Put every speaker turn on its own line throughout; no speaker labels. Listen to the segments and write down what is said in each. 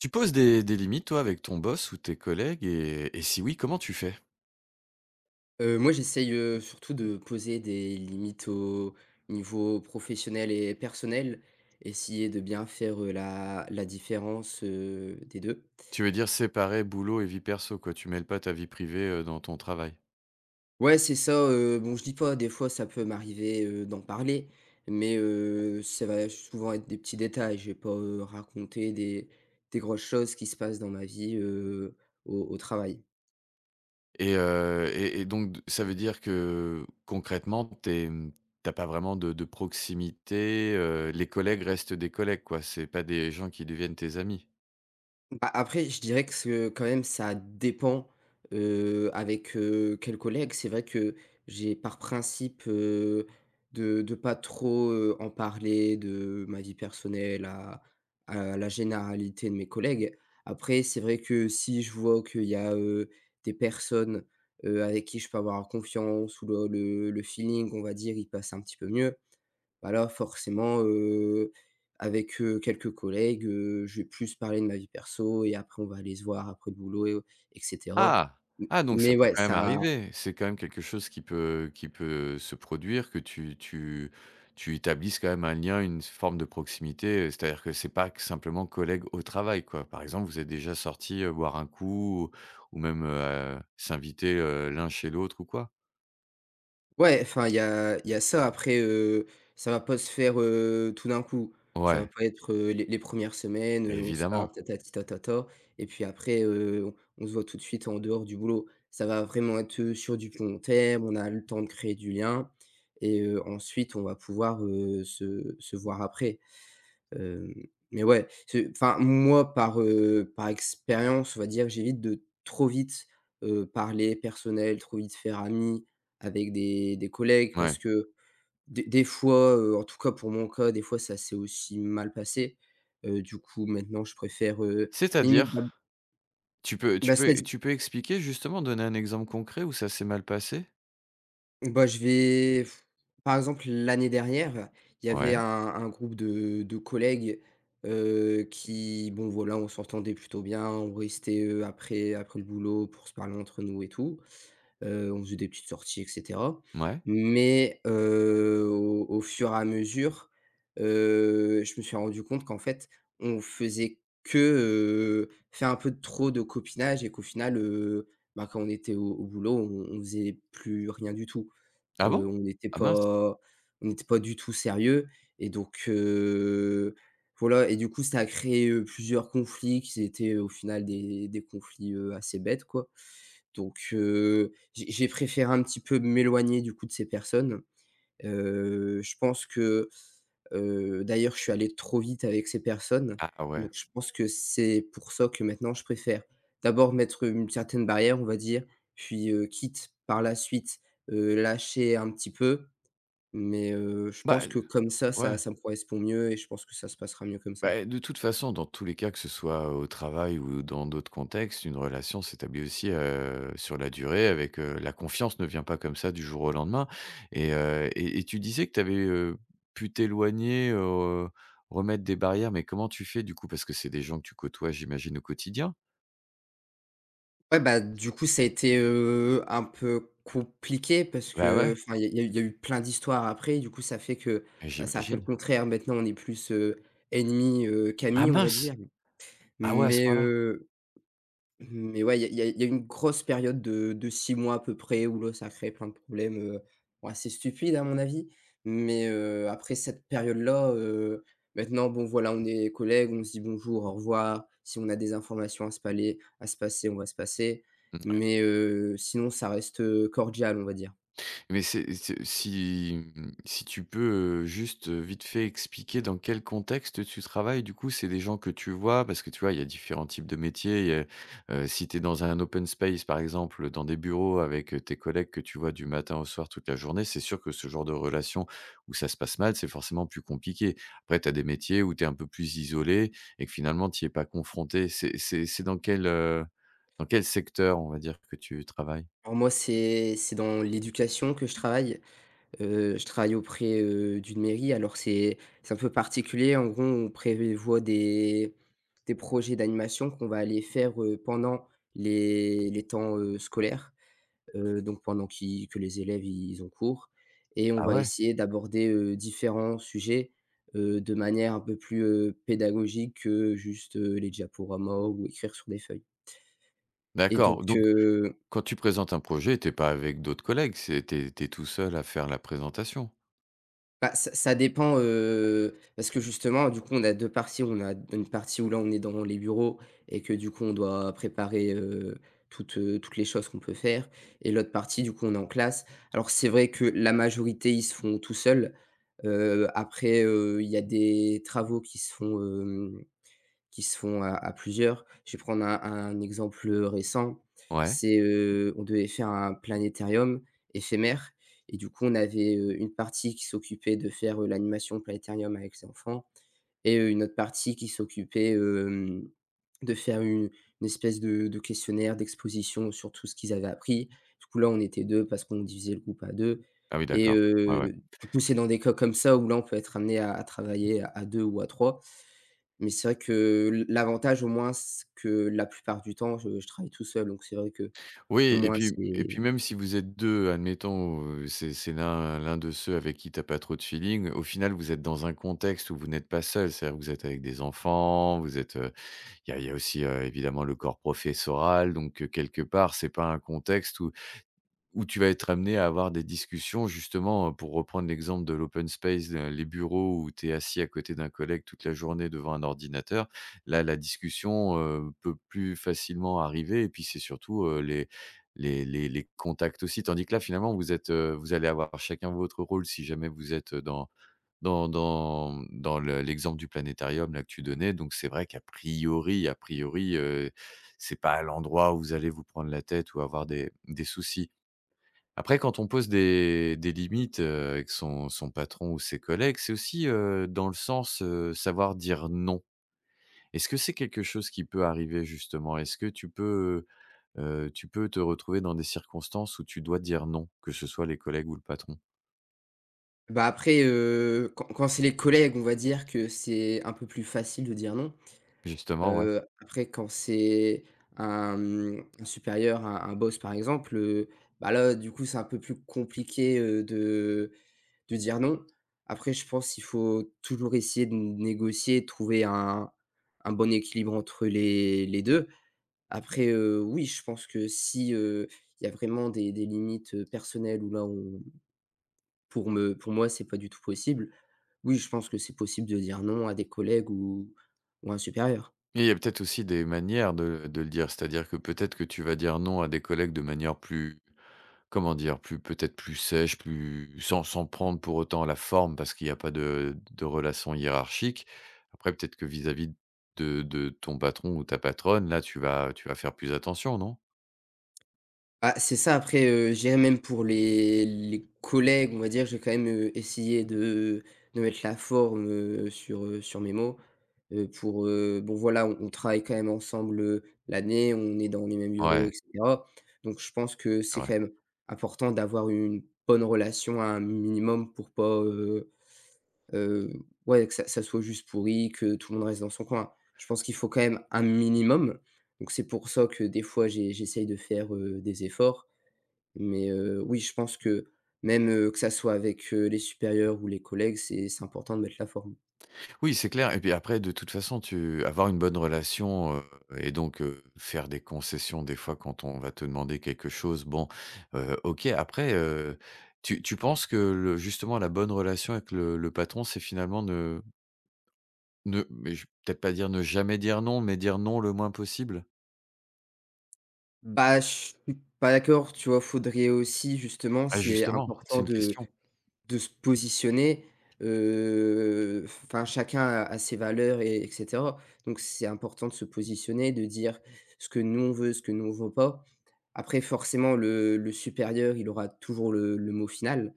Tu poses des limites, toi, avec ton boss ou tes collègues et si oui, comment tu fais?
Moi j'essaye, surtout de poser des limites au niveau professionnel et personnel. Essayer de bien faire, la différence, des 2.
Tu veux dire séparer boulot et vie perso, quoi, tu mêles pas ta vie privée, dans ton travail
Ouais, c'est ça. Bon, je dis pas, des fois ça peut m'arriver, d'en parler, mais, ça va souvent être des petits détails. Je vais pas, raconter des grosses choses qui se passent dans ma vie, au travail.
et donc ça veut dire que, concrètement, t'as pas vraiment de proximité, les collègues restent des collègues, quoi, c'est pas des gens qui deviennent tes amis?
Bah, après, je dirais que ce quand même, ça dépend, avec, quel collègue. C'est vrai que j'ai par principe, de pas trop, en parler de ma vie personnelle à la généralité de mes collègues. Après, c'est vrai que si je vois qu'il y a, des personnes, avec qui je peux avoir confiance ou le feeling, on va dire, il passe un petit peu mieux, bah là, forcément, avec, quelques collègues, je vais plus parler de ma vie perso et après on va aller se voir après le boulot. et au
Ah!
M
Ah donc ça
mais
peut
ouais,
quand même
ça...
arriver. C'est quand même quelque chose qui peut se produire, que tu tu établisses quand même un lien, une s forme de proximité, c'est-à-dire que c'est pas que simplement collègues au travail, quoi. Par exemple, vous êtes déjà sortis, boire un coup ou même, s'inviter, l'un chez l'autre ou quoi?
Ouais, enfin, il y a ça après, ça va pas se faire, tout d'un coup. Ça va
Ouais,
pas être, les une semaines,
mais
on se parle
évidemment,
tatati tatata et puis après, on se voit tout de suite en dehors du boulot. Ça va vraiment être, sur du plus long terme, on a le temps de créer du lien et ensuite on va pouvoir, se voir après. Hem, mais ouais, c'est enfin moi par, par expérience, on va dire, j'évite de trop vite, parler personnel, trop vite faire ami avec des collègues parce
ouais.
que des fois, en tout cas pour mon cas, des fois ça s'est aussi mal passé. Du coup maintenant je préfère, limite. bah
C'est-à-dire? Tu peux tu
bah
peux
cest
tu peux expliquer justement, donner un exemple concret où ça s'est mal passé?
Bah, je vais, par exemple, l'année dernière, il y avait
Ouais,
un groupe de collègues, qui bon voilà, on s'entendait plutôt bien, on restait, après le boulot pour se parler entre nous et tout. On faisait des petites sorties et cetera.
mouais.
Mais, au fur et à mesure, je me suis rendu compte qu'en fait, on faisait que, faire un peu de trop de copinage et qu'au final, bah, quand on était au boulot, on faisait plus rien du tout.
Ah bon?
Heu, on n'était
Ah mince!
pas on n'était pas du tout sérieux et donc voilà. Et du coup, ça a créé, plusieurs conflits qui étaient, au final, des conflits, assez bêtes, quoi. Donc j'ai préféré un petit peu m'éloigner, du coup, de ces personnes. Je pense que, d'ailleurs, je suis allé trop vite avec ces personnes,
Ah ouais.
donc je pense que c'est pour ça que maintenant je préfère d'abord mettre une certaine barrière, on va dire, puis, quitte par la suite, lâcher un petit peu, mais, je
Bah,
pense que comme ça, ça
ouais.
ça me correspond mieux et je pense que ça se passera mieux comme ça.
Bah, de toute façon, dans tous les cas, que ce soit au travail ou dans d'autres contextes, une relation s'établit aussi, sur la durée avec, la confiance ne vient pas comme ça du jour au lendemain et tu disais que tu avais pu t'éloigner, remettre des barrières, mais comment tu fais du coup? Parce que c'est des gens que tu côtoies, j'imagine, au quotidien?
Ouais, bah, du coup, ça a été, un peu compliqué parce
Bah, ouais,
qu'enfin, il y a eu il y a eu plein d'histoires après. Du coup, ça fait que, bah, ça a fait le
j'imagine.
contraire. Maintenant, on est plus, ennemis,
Ah
qu'amis, on va
mince!
dire.
Ah ouais, à ce
Mais,
moment là.
heu Mmh, mais ouais, il y a il y a il y a une grosse période de 6 mois à peu près où là, ça a créé plein de problèmes, bon assez stupides à mon avis. Mais après cette période-là, maintenant bon voilà, on est collègues, on se dit bonjour, au revoir. Si on a des informations à se passer, on va se passer. Mais sinon ça reste, cordial, on va dire.
Mais c'est si tu peux, juste, vite fait expliquer dans quel contexte tu travailles, du coup, c'est des gens que tu vois? Parce que tu vois, il y a différents types de métiers, il y a, si tu es dans un open space, par exemple, dans des bureaux avec, tes collègues que tu vois du matin au soir toute la journée, c'est sûr que ce genre de relation où ça se passe mal, c'est forcément plus compliqué. Après, tu as des métiers où tu es un peu plus isolé et que finalement tu y es pas confronté. C'est dans quel secteur, on va dire, que tu travailles?
Alors moi, c'est dans l'éducation que je travaille. Je travaille auprès, d'une mairie, alors c'est un peu particulier. En gros, on prévoit des projets d'animation qu'on va aller faire, pendant les temps, scolaires, donc pendant qu'ils que les élèves ils ont cours et on
Ah
va
ouais?
essayer d'aborder, différents sujets, de manière un peu plus, pédagogique que juste, les diaporamas ou écrire sur des feuilles. et donc
D'accord, donc
heu
quand tu présentes un projet, t'es pas avec d'autres collègues, c'est tu es tout seul à faire la présentation?
Bah, ça dépend, parce que justement, du coup, on a 2 parties. On a une partie où là, on est dans les bureaux et que du coup, on doit préparer, toutes les choses qu'on peut faire, et l'autre partie, du coup, on est en classe. Alors c'est vrai que la majorité, ils se font tout seuls. Après, il y a des travaux qui se font à plusieurs. Je vais prendre un exemple, récent.
Ouais?
C'est, on devait faire un planétarium éphémère et du coup, on avait, une partie qui s'occupait de faire, l'animation planétarium avec les enfants et une autre partie qui s'occupait, de faire une espèce de questionnaire, d'exposition sur tout ce qu'ils avaient appris. Du coup, là, on était 2 parce qu'on divisait le groupe à 2.
Ah oui,
Et
d'accord. Ouais, ouais.
du coup, c'est dans des cas comme ça où là, on peut être amené à travailler à 2 ou à 3. Mais c'est vrai que l'avantage au moins, c'est que la plupart du temps, je travaille tout seul, donc c'est vrai que au
Oui et
moins c'est.
puis et puis même si vous êtes 2, admettons, c'est l'un de ceux avec qui t'as pas trop de feeling, au final, vous êtes dans un contexte où vous n'êtes pas seul. C'est-à-dire que vous êtes avec des enfants, vous êtes, il y a aussi, évidemment le corps professoral donc, quelque part, c'est pas un contexte où où tu vas être amené à avoir des discussions justement, pour reprendre l'exemple de l'open space, les bureaux où tu es assis à côté d'un collègue toute la journée devant un ordinateur. Là, la discussion, peut plus facilement arriver et puis c'est surtout, les les contacts aussi. Tandis que là, finalement, vous êtes, vous allez avoir chacun votre rôle si jamais vous êtes, dans dans le l'exemple du planétarium là que tu donnais. Donc c'est vrai qu'a priori a priori, c'est pas l'endroit où vous allez vous prendre la tête ou avoir des soucis. Après, quand on pose des limites, avec son patron ou ses collègues, c'est aussi, dans le sens, savoir dire non. Est-ce que c'est quelque chose qui peut arriver justement? Est-ce que tu peux te retrouver dans des circonstances où tu dois dire non, que ce soit les collègues ou le patron?
Bah, après, quand c'est les collègues, on va dire que c'est un peu plus facile de dire non.
Justement, ouais.
Après quand c'est un supérieur, un boss par exemple, bah, là, du coup, c'est un peu plus compliqué, de dire non. Après je pense qu'il faut toujours essayer de négocier, de trouver un bon équilibre entre les deux. Après, oui, je pense que si, il y a vraiment des limites, personnelles où là on pour me pour moi, c'est pas du tout possible. Oui, je pense que c'est possible de dire non à des collègues ou à un supérieur.
Et il y a peut-être aussi des manières de le dire, c'est-à-dire que peut-être que tu vas dire non à des collègues de manière plus. Comment dire? Plus peut-être plus sèche, plus sans prendre pour autant la forme parce qu'il y a pas de relation hiérarchique. Après peut-être que vis-à-vis de ton patron ou ta patronne, là, tu vas faire plus attention, non?
Ah, c'est ça, après, je dirais même pour les collègues, on va dire, j'ai quand même, essayé de mettre la forme, sur mes mots, pour, bon voilà, on travaille quand même ensemble, l'année, on est dans les mêmes bureaux
Ouais,
et cetera. Donc je pense que
c'est
c'est
vrai.
quand même important d'avoir une bonne relation à un minimum pour pas, heu, ouais, que ça soit juste pourri, que tout le monde reste dans son coin. Je pense qu'il faut quand même un minimum, donc c'est pour ça que des fois j'essaye de faire, des efforts. Mais oui, je pense que même, que ça soit avec, les supérieurs ou les collègues, c'est important de mettre la forme.
Oui, c'est clair et puis après de toute façon, tu avoir une bonne relation, et donc faire des concessions des fois quand on va te demander quelque chose, bon, OK. Après, tu penses que le justement la bonne relation avec le patron, c'est finalement de ne mais je peut-être pas dire ne jamais dire non, mais dire non le moins possible?
Bah, je suis pas d'accord, tu vois? Faudrait aussi justement,
Ah
c'est
justement,
important
c'est une
de
question.
de se positionner, enfin chacun a ses valeurs et etc. Donc c'est important de se positionner, de dire ce que nous on veut, ce que nous on veut pas. Après forcément le supérieur, il aura toujours le mot final.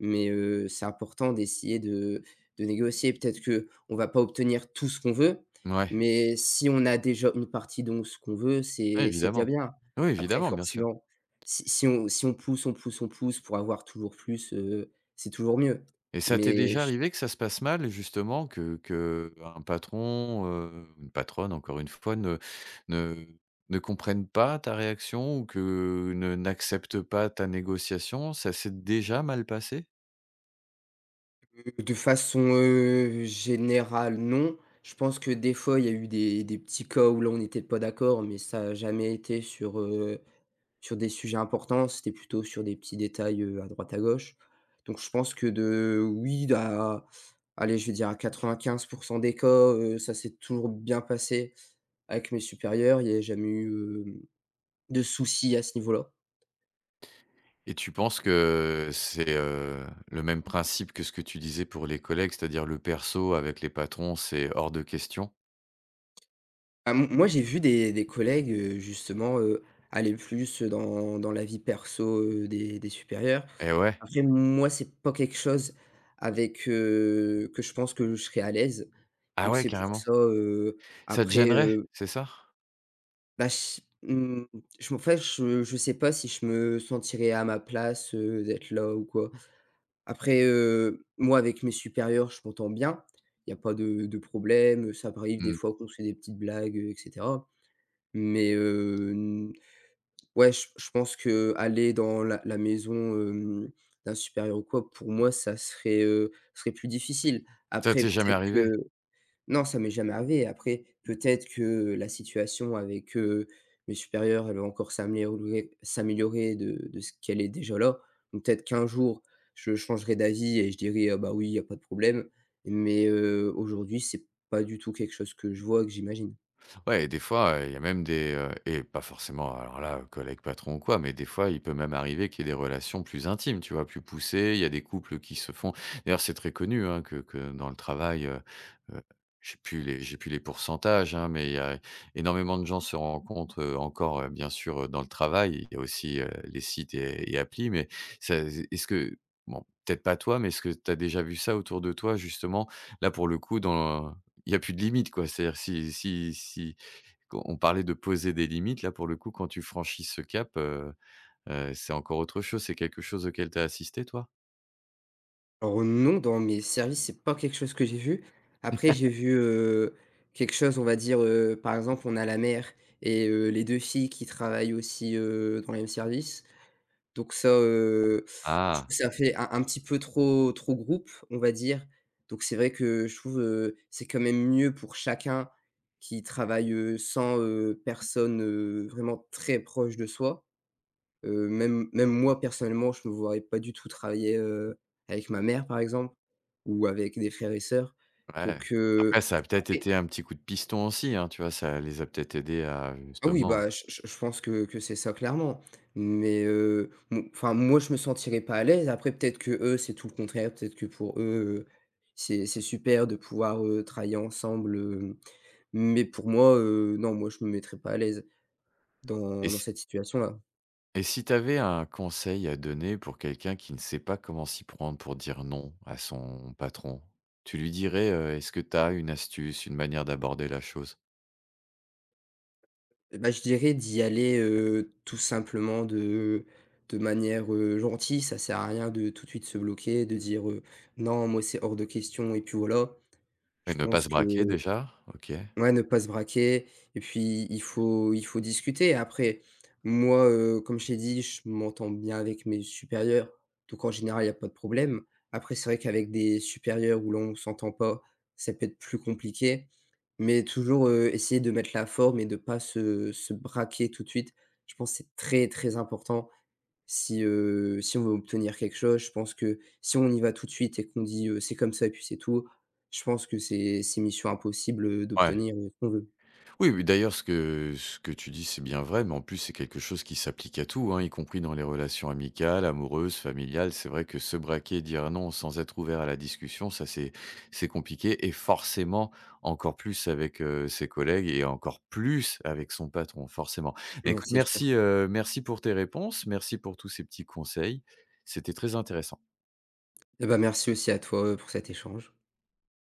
Mais, c'est important d'essayer de négocier. Peut-être que on va pas obtenir tout ce qu'on veut,
Mouais,
mais si on a déjà une partie de ce qu'on veut,
ouais,
c'est déjà
évidemment.
bien.
Oui,
Après
évidemment, bien sûr.
forcément, si on pousse, on pousse, on pousse pour avoir toujours plus, c'est toujours mieux.
Et ça t'est
Mais
déjà
j
arrivé que ça se passe mal justement, que qu'un patron, une patronne encore une fois ne ne ne comprenne pas ta réaction ou que ne n'accepte pas ta négociation? Ça s'est déjà mal passé?
De façon, générale, non. Je pense que des fois, il y a eu des petits cas où là, on n'était pas d'accord, mais ça n'a jamais été sur des sujets importants, c'était plutôt sur des petits détails, à droite à gauche. Donc je pense que de oui, à allez, je vais dire à 95 des cas, ça s'est toujours bien passé avec mes supérieurs. Il y a jamais eu, de soucis à ce niveau-là.
Et tu penses que c'est, le même principe que ce que tu disais pour les collègues, c'est-à-dire le perso avec les patrons, c'est hors de question?
Ah, m moi, j'ai vu des collègues, justement, aller plus dans la vie perso, des supérieurs.
Eh ouais.
Après moi, c'est pas quelque chose avec, que je pense que je serais à l'aise.
Ah
Donc
ouais,
c'est pour
carrément.
ça,
Ça te
après,
gênerait, c'est ça?
bah, ch mmh, je en fait, je sais pas si je me sentirais à ma place, d'être là ou quoi. Après, moi, avec mes supérieurs, je m'entends bien. Il y a pas de problème, ça m'arrive des
Mmh.
fois qu'on se fait des petites blagues, et cetera. Mais, n ouais, je pense que aller dans la maison, hem, d'un supérieur ou quoi, pour moi, ça serait, serait plus difficile.
Ça
Après
t'est jamais
peut-être que
arrivé?
Non, ça m'est jamais arrivé. Après, peut-être que la situation avec, mes supérieurs, elle va encore s'améliorer de ce qu'elle est déjà là. Donc peut-être qu'un jour, je changerai d'avis et je dirai: «Ah bah oui, il y a pas de problème». Mais, aujourd'hui, c'est pas du tout quelque chose que je vois, que j'imagine.
Ouais et des fois, il y a même des, et pas forcément alors là, collègues, patrons ou quoi, mais des fois, il peut même arriver qu'il y ait des relations plus intimes, tu vois? Plus poussées. Il y a des couples qui se font d'ailleurs, c'est très connu, hein, que dans le travail, heu, j'ai plus les pourcentages, hein, mais il y a énormément de gens se rencontrent, encore, bien sûr, dans le travail. Il y a aussi, les sites et applis, mais ça est ce que bon, peut-être pas toi, mais est-ce que tu as déjà vu ça autour de toi justement? Là, pour le coup, dans il y a plus de limite, quoi. C'est-à-dire si quand on parlait de poser des limites, là, pour le coup, quand tu franchis ce cap, c'est encore autre chose. C'est quelque chose auquel tu as assisté, toi?
Alors non, dans mes services, c'est pas quelque chose que j'ai vu. Après, j'ai vu, quelque chose, on va dire, par exemple, on a la mère et les 2 filles qui travaillent aussi, dans les mêmes services. Donc ça, je trouve que
Ah,
ça fait un petit peu trop trop groupe, on va dire. Donc c'est vrai que je trouve, c'est quand même mieux pour chacun qui travaille, sans, personne, vraiment très proche de soi. Même même moi personnellement, je ne me voyais pas du tout travailler, avec ma mère par exemple ou avec des frères et sœurs.
ouais.
Donc, heu,
Après, ça a peut-être été un petit coup de piston aussi, hein, tu vois? Ça les a peut-être aidés à
Ah oui,
justement
bah, je pense que c'est ça clairement. Mais, m enfin, moi, je me sentirais pas à l'aise. Après, peut-être que eux c'est tout le contraire. Peut-être que pour eux, heu, c'est super de pouvoir, travailler ensemble, mais pour moi, non, moi, je me mettrais pas à l'aise
et
dans
si
cette situation-là.
et si tu avais un conseil à donner pour quelqu'un qui ne sait pas comment s'y prendre pour dire non à son patron, tu lui dirais, est-ce que tu as une astuce, une manière d'aborder la chose?
Bah, je dirais d'y aller, tout simplement de manière, gentille. Ça sert à rien de tout de suite se bloquer, de dire, «Non, moi, c'est hors de question» et puis voilà.
Et
Je
ne pas
pense
se
que
braquer déjà? OK.
Ouais, ne pas se braquer et puis il faut discuter. Après, moi, comme je t'ai dit, je m'entends bien avec mes supérieurs, donc en général, il y a pas de problème. Après, c'est vrai qu'avec des supérieurs où l'on on s'entend pas, ça peut être plus compliqué, mais toujours, essayer de mettre la forme et de ne pas se braquer tout de suite. Je pense que c'est très, très important si, si on veut obtenir quelque chose, je pense que si on y va tout de suite et qu'on dit, «C'est comme ça et puis c'est tout», je pense que c'est mission impossible,
Ouais.
d'obtenir, ce qu'on veut.
Oui, oui, d'ailleurs, ce que tu dis, c'est bien vrai, mais en plus, c'est quelque chose qui s'applique à tout, hein, y compris dans les relations amicales, amoureuses, familiales. C'est vrai que se braquer, dire non sans être ouvert à la discussion, ça, c'est compliqué et forcément, encore plus avec, ses collègues et encore plus avec son patron, forcément. Mais
Ouais,
écoute,
c'est sûr.
merci, merci pour tes réponses, merci pour tous ces petits conseils. C'était très intéressant.
Et bah, merci aussi à toi, pour cet échange.